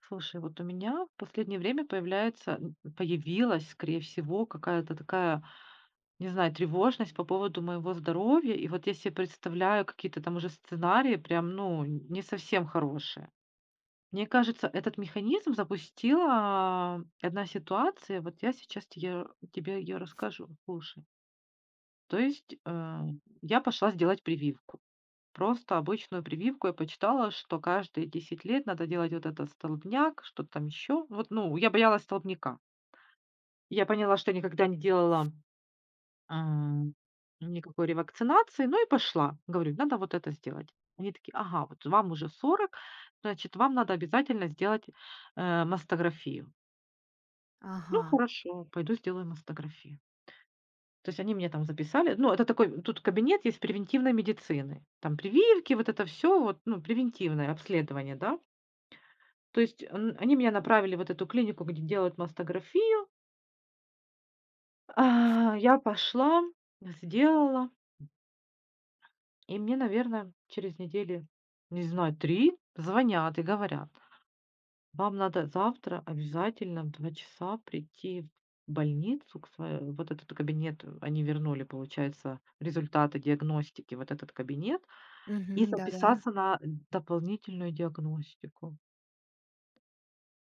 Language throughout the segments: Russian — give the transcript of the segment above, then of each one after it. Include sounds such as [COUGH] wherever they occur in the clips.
Слушай, вот у меня в последнее время появилась, скорее всего, какая-то такая, не знаю, тревожность по поводу моего здоровья. И вот я себе представляю какие-то там уже сценарии, прям, ну, не совсем хорошие. Мне кажется, этот механизм запустила одна ситуация. Вот я сейчас тебе ее расскажу. Слушай. То есть э, я пошла сделать прививку. Просто обычную прививку. Я почитала, что каждые 10 лет надо делать вот этот столбняк, что-то там еще. Вот, ну, я боялась столбняка. Я поняла, что я никогда не делала ам, никакой ревакцинации, ну и пошла. Говорю, надо вот это сделать. Они такие, ага, вот вам уже 40, значит, вам надо обязательно сделать мастографию. Ну, Ага. хорошо, пойду сделаю мастографию. То есть они мне там записали, ну, это такой, тут кабинет есть превентивной медицины. Там прививки, вот это все, вот, ну, превентивное обследование, да. То есть, н Они меня направили вот эту клинику, где делают мастографию. А, я пошла, сделала, и мне, наверное, через недели, не знаю, 3, звонят и говорят: «Вам надо завтра обязательно в 2 часа прийти в больницу к сво». Вот этот кабинет, они вернули, получается, результаты диагностики, вот этот кабинет, и Мгм. Да-да. записаться на дополнительную диагностику.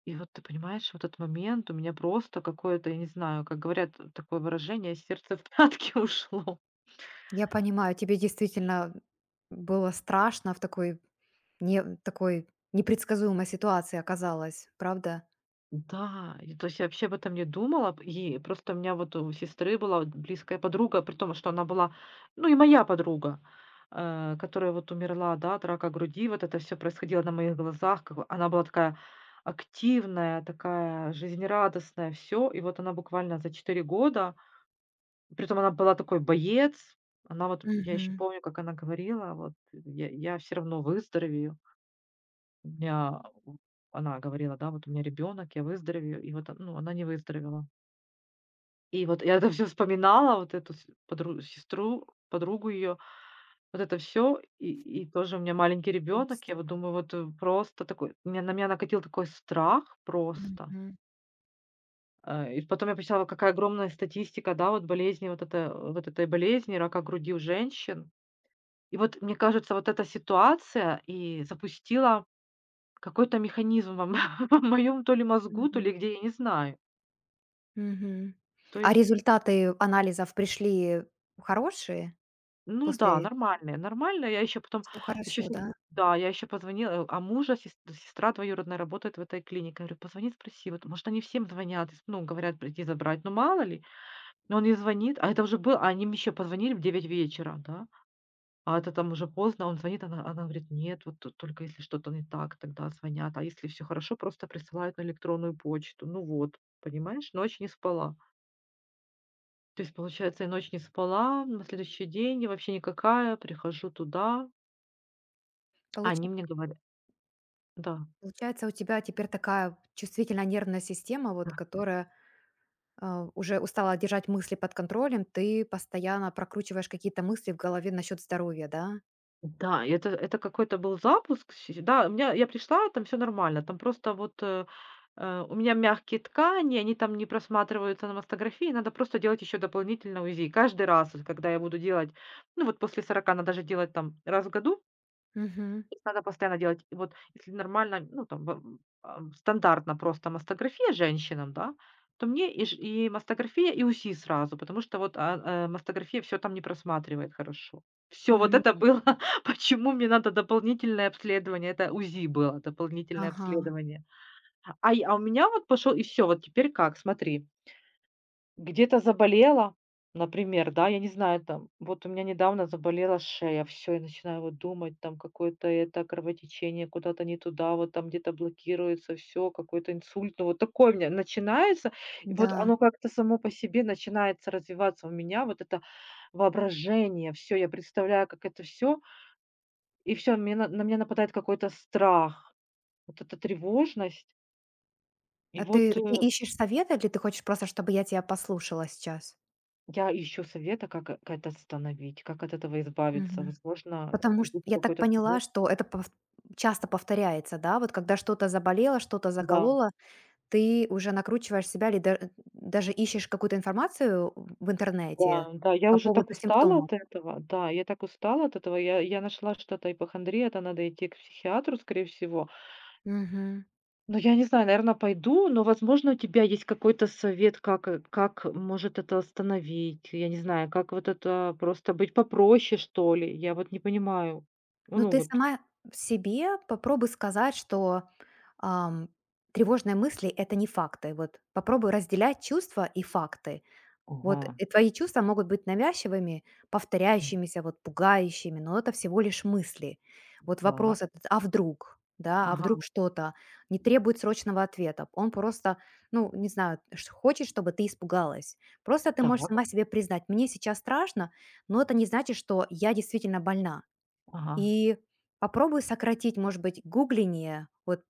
И вот ты понимаешь, в этот момент у меня просто какое-то, я не знаю, как говорят, такое выражение, сердце в пятки [LAUGHS] ушло. Я понимаю, тебе действительно было страшно в такой не такой непредсказуемой ситуации оказалась, правда? Да, и то есть я вообще об этом не думала. И просто у меня вот у сестры была вот близкая подруга, при том, что она была, ну и моя подруга, которая вот умерла, да, от рака груди, вот это все происходило на моих глазах. Как бы она была такая активная, такая жизнерадостная, все. И вот она буквально за 4 года. Притом она была такой боец. Она вот, я еще Мгм. помню, как она говорила, вот я все равно выздоровею. У меня, у- она говорила, да, вот у меня ребенок, я выздоровею. И вот, ну, она не выздоровела. И вот я это все вспоминала, вот эту сестру, подругу ее, вот это все. И тоже у меня маленький Груз. ребенок. Я вот думаю, просто такой, на меня накатил такой страх просто. Мгм. И потом я почитала, какая огромная статистика, да, вот болезни, вот, это, вот этой болезни, рака груди у женщин. И вот, мне кажется, вот эта ситуация и запустила какой-то механизм во [LAUGHS] в моем то ли мозгу, то Мгм. ли где, я не знаю. Мгм. То А есть, результаты анализов пришли хорошие ну да, после нормально, нормально. Я еще потом, ну еще хорошо, да? да, я еще позвонила, а мужа сестра двоюродная работает в этой клинике. Я говорю: «Позвони, спроси, вот, может, они всем звонят, и с ну, говорят прийти забрать, ну, мало ли». Но он не звонит, а это уже был, а они мне еще позвонили в 9 вечера, да. А это там уже поздно, он звонит, она говорит: «Нет, вот тут только если что-то не так, тогда звонят, а если все хорошо, просто присылают на электронную почту». Ну вот, понимаешь, ночь не спала. То есть, получается, я ночь не спала, на следующий день я вообще никакая, прихожу туда, а Получа они мне говорят да. Получается, у тебя теперь такая чувствительная нервная система, вот которая уже устала держать мысли под контролем, ты постоянно прокручиваешь какие-то мысли в голове насчет здоровья, да? Да, и это какой-то был запуск. Да, у меня я пришла, там все нормально. Там просто вот, у меня мягкие ткани, они там не просматриваются на мастографии. Надо просто делать еще дополнительно УЗИ. Каждый раз, вот когда я буду делать, ну, вот после 40 надо же делать там раз в году. Мгм. То есть надо постоянно делать, и вот если нормально, ну, там, стандартно просто мастография женщинам, да, то мне и ж и мастография, и УЗИ сразу, потому что вот, мастография всё там не просматривает хорошо. Все, вот Мгм. это было, [LAUGHS] почему мне надо дополнительное обследование, это УЗИ было, дополнительное Ага. обследование. А я а У меня вот пошел и все, вот теперь как, смотри. Где-то заболела, например, да, я не знаю, там, вот у меня недавно заболела шея, все, я начинаю вот думать, там какое-то это кровотечение куда-то не туда, вот там где-то блокируется все, какой-то инсульт, ну вот такое у меня начинается, и вот Да. оно как-то само по себе начинается развиваться у меня, вот это воображение, все, я представляю, как это все, и все, на меня нападает какой-то страх, вот эта тревожность. И А ты, вот, э ты ищешь совета или ты хочешь просто, чтобы я тебя послушала сейчас? Я ищу совета, как, как это остановить, как от этого избавиться. Мгм. Возможно, Потому что есть я так какой-то поняла, совет. что это часто повторяется, да? Вот когда что-то заболело, что-то Да, закололо, ты уже накручиваешь себя или даже ищешь какую-то информацию в интернете да, да. Я по уже поводу так устала симптомов. от этого. Да, я так устала от этого. Я нашла что-то ипохондрия, это надо идти к психиатру, скорее всего. Мгм. Но я не знаю, наверное, пойду, но, возможно, у тебя есть какой-то совет, как, как может это остановить. Я не знаю, как вот это просто быть попроще, что ли. Я вот не понимаю. Ну, Ну, ты вот. сама себе попробуй сказать, что ам, тревожные мысли — это не факты. Вот попробуй разделять чувства и факты. Ага. Вот и твои чувства могут быть навязчивыми, повторяющимися, вот пугающими, но это всего лишь мысли. Вот Да. вопрос этот, а вдруг? Да, а Ага. вдруг что-то не требует срочного ответа. Он просто, ну, не знаю, хочет, чтобы ты испугалась. Просто ты можешь Так. сама себе признать, мне сейчас страшно, но это не значит, что я действительно больна. Ага. И попробуй сократить, может быть, гугление, вот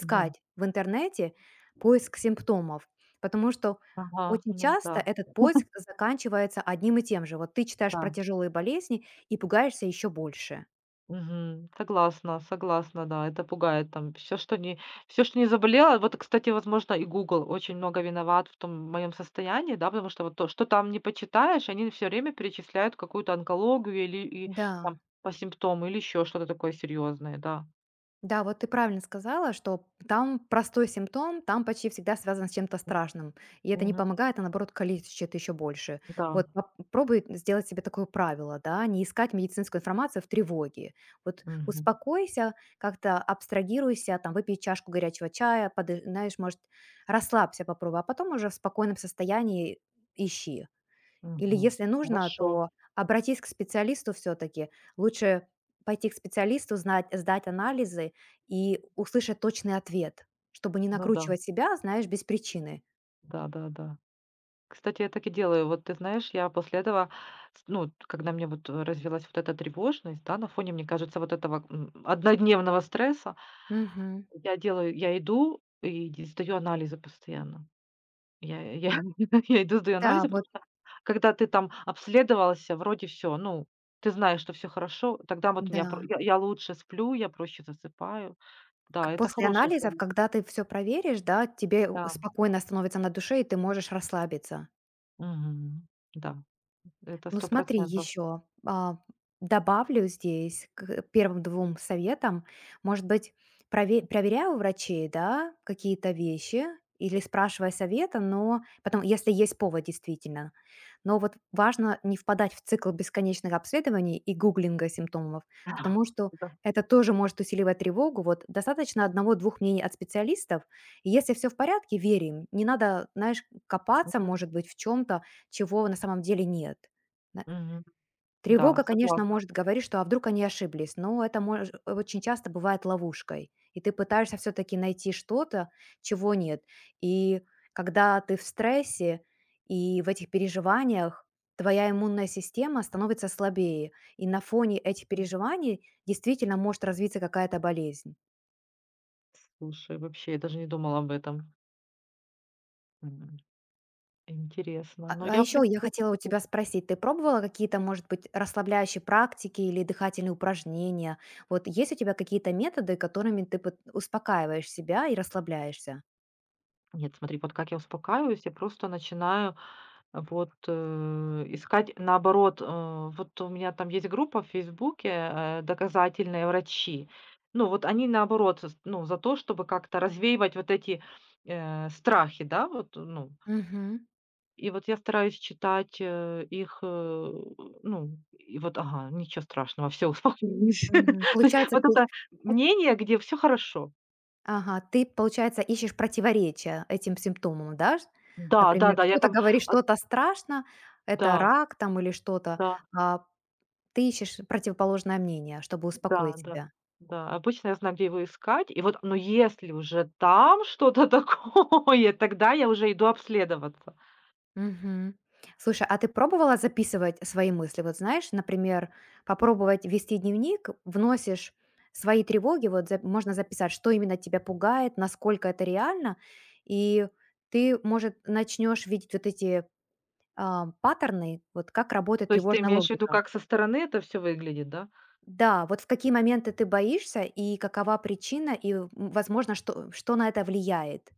Мгм. в интернете поиск симптомов, потому что Ага, очень ну да. часто этот поиск заканчивается одним и тем же. Вот ты читаешь про Да. тяжелые болезни и пугаешься еще больше. Мгм. Согласна, согласна, да, это пугает там. Все что не, все что не заболело. Вот, кстати, возможно, и Google очень много виноват в том моем состоянии, да, потому что вот то, что там не почитаешь, они все время перечисляют какую-то онкологию или и Да. там по симптому, или еще что-то такое серьезное, да. Да, вот ты правильно сказала, что там простой симптом, там почти всегда связан с чем-то страшным. И это не Мгм. помогает, а наоборот калечит еще больше. Да. Вот попробуй сделать себе такое правило, да, не искать медицинскую информацию в тревоге. Вот Мгм. успокойся, как-то абстрагируйся, там, выпей чашку горячего чая, подышь, знаешь, может, расслабься, попробуй, а потом уже в спокойном состоянии ищи. Или Мгм. если нужно, Хорошо. то обратись к специалисту все таки. Лучше пойти к специалисту, знать сдать анализы и услышать точный ответ, чтобы не Ну да. накручивать себя, знаешь, без причины. Да-да-да. Кстати, я так и делаю. Вот ты знаешь, я после этого, ну, когда мне развилась вот эта тревожность, да, на фоне, мне кажется, однодневного стресса, Мгм. я делаю, я иду и сдаю анализы постоянно. Я, я, [LAUGHS] я иду, сдаю Да, анализы, вот, потому что когда ты там обследовался, вроде все, ну, ты знаешь, что все хорошо, тогда вот да. Я лучше сплю, я проще засыпаю. Да, К это после хороший анализов, совет. когда ты все проверишь, да, тебе у Да, спокойно становится на душе, и ты можешь расслабиться. Мгм. Да, это Ну сто смотри, процентов. Добавлю здесь к первым двум советам. Может быть, проверяй у врачей, да, какие-то вещи или спрашивай совета, но потом, если есть повод действительно. Но вот важно не впадать в цикл бесконечных обследований и гуглинга симптомов, потому [LAUGHS] что Да. это тоже может усиливать тревогу. Вот достаточно одного-двух мнений от специалистов, и если все в порядке, верим. Не надо, знаешь, копаться, Мгм. может быть, в чем то чего на самом деле нет. На Мгм. Да, Тревога, конечно, согласна. может говорить, что а вдруг они ошиблись, но это мож очень часто бывает ловушкой. И ты пытаешься все таки найти что-то, чего нет. И когда ты в стрессе и в этих переживаниях, твоя иммунная система становится слабее, и на фоне этих М. переживаний действительно может развиться какая-то болезнь. Слушай, вообще, я даже не думала об этом. М, интересно. А Но а я, в еще я принципе, так хотела у и делаю. тебя спросить, ты пробовала какие-то, может быть, расслабляющие практики или дыхательные упражнения? Вот есть у тебя какие-то методы, которыми ты успокаиваешь себя и расслабляешься? Нет, смотри, вот как я успокаиваюсь, я просто начинаю, искать, наоборот, вот у меня там есть группа в «Фейсбуке», «Доказательные врачи». Ну, вот они, наоборот, с ну, за то, чтобы как-то развеивать вот эти, страхи, да, вот, ну, Мгм. и вот я стараюсь читать, их, ну, и вот, ага, ничего страшного, все успокоилась. Мгм. [LAUGHS] То есть Получается, вот это э, мнение, где все хорошо. ага, ты, получается, ищешь противоречия этим симптомам, да? Да, Например, да-да, я кто-то там, говорит, а, что-то страшно, это да, рак там или что-то, да, а ты ищешь противоположное мнение, чтобы да, успокоить да, себя. да. Обычно я знаю, где его искать. И вот, но если уже там что-то [LAUGHS] такое, тогда я уже иду обследоваться. Мгм. Слушай, а ты пробовала записывать свои мысли? Вот знаешь, например, попробовать вести дневник, вносишь свои тревоги, можно записать, что именно тебя пугает, насколько это реально, и ты, может, начнешь видеть вот эти паттерны, вот как работает То есть ты тревожная имеешь в виду, логика. как со стороны это все выглядит, да? Да, вот в какие моменты ты боишься и какова причина, и, возможно, что, что на это влияет.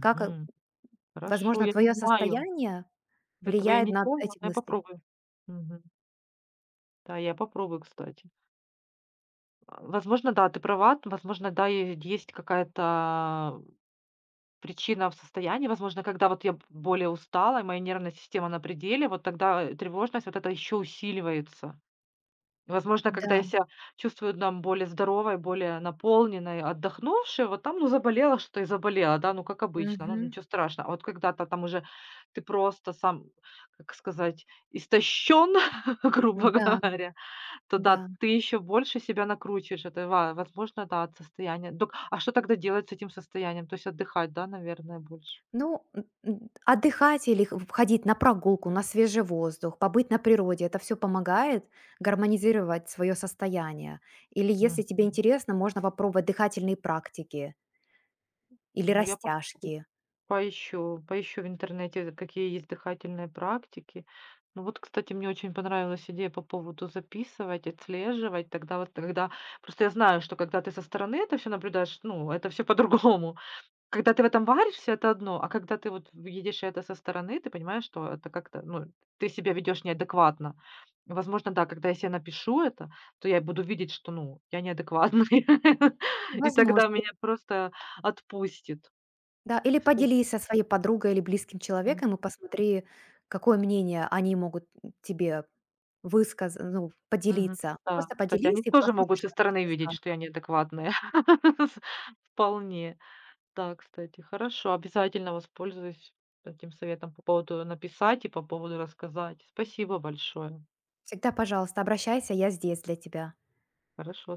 Как, э, Хорошо, возможно, я не твое знаю. состояние Этого я влияет не на пробовала, эти но я мысли. попробую. Мгм. Да, я попробую, кстати. А, возможно, да, ты права. Возможно, да, е есть какая-то причина в состоянии. Возможно, когда вот я б более устала, и моя нервная система на пределе, вот тогда, тревожность вот это еще усиливается. И, возможно, когда Да. я себя чувствую там более здоровой, более наполненной, отдохнувшей, вот там, ну, заболела что и заболела, да, ну, как обычно, ну, Мгм. ничего страшного. А вот когда-то там уже ты просто сам, как сказать, истощен, [LAUGHS] грубо Да, говоря, то да. да, ты еще больше себя накручиваешь. Это ва возможно, да, от состояния. Док а что тогда делать с этим состоянием? То есть отдыхать, да, наверное, больше? Ну, отдыхать или ходить на прогулку, на свежий воздух, побыть на природе, это все помогает гармонизировать свое состояние. Или если тебе Мгм. интересно, можно попробовать дыхательные практики или Ну, я попробую. растяжки. Поищу в интернете, какие есть дыхательные практики. Ну вот, кстати, мне очень понравилась идея по поводу записывать, отслеживать. Тогда вот, когда просто я знаю, что когда ты со стороны это все наблюдаешь, ну, это все [LAUGHS] по-другому. Когда ты в этом варишься, это одно, а когда ты вот видишь это со стороны, ты понимаешь, что это как-то, ну, ты себя ведешь неадекватно. Возможно, да, когда я себе напишу это, то я буду видеть, что, ну, я неадекватная, [LAUGHS] и тогда Возможно. И- меня просто отпустит. Да, или Спа поделись со своей подругой или близким М. человеком и посмотри, какое мнение они могут тебе ну, Мгм. поделиться. Да, Просто кстати, поделись они и тоже послушай, могут со что они стороны тебе видеть, скажут. что я неадекватная. [LAUGHS] Вполне. Да, кстати, хорошо, обязательно воспользуюсь этим советом по поводу написать и по поводу рассказать. Спасибо большое. Всегда, пожалуйста, обращайся, я здесь для тебя. Хорошо.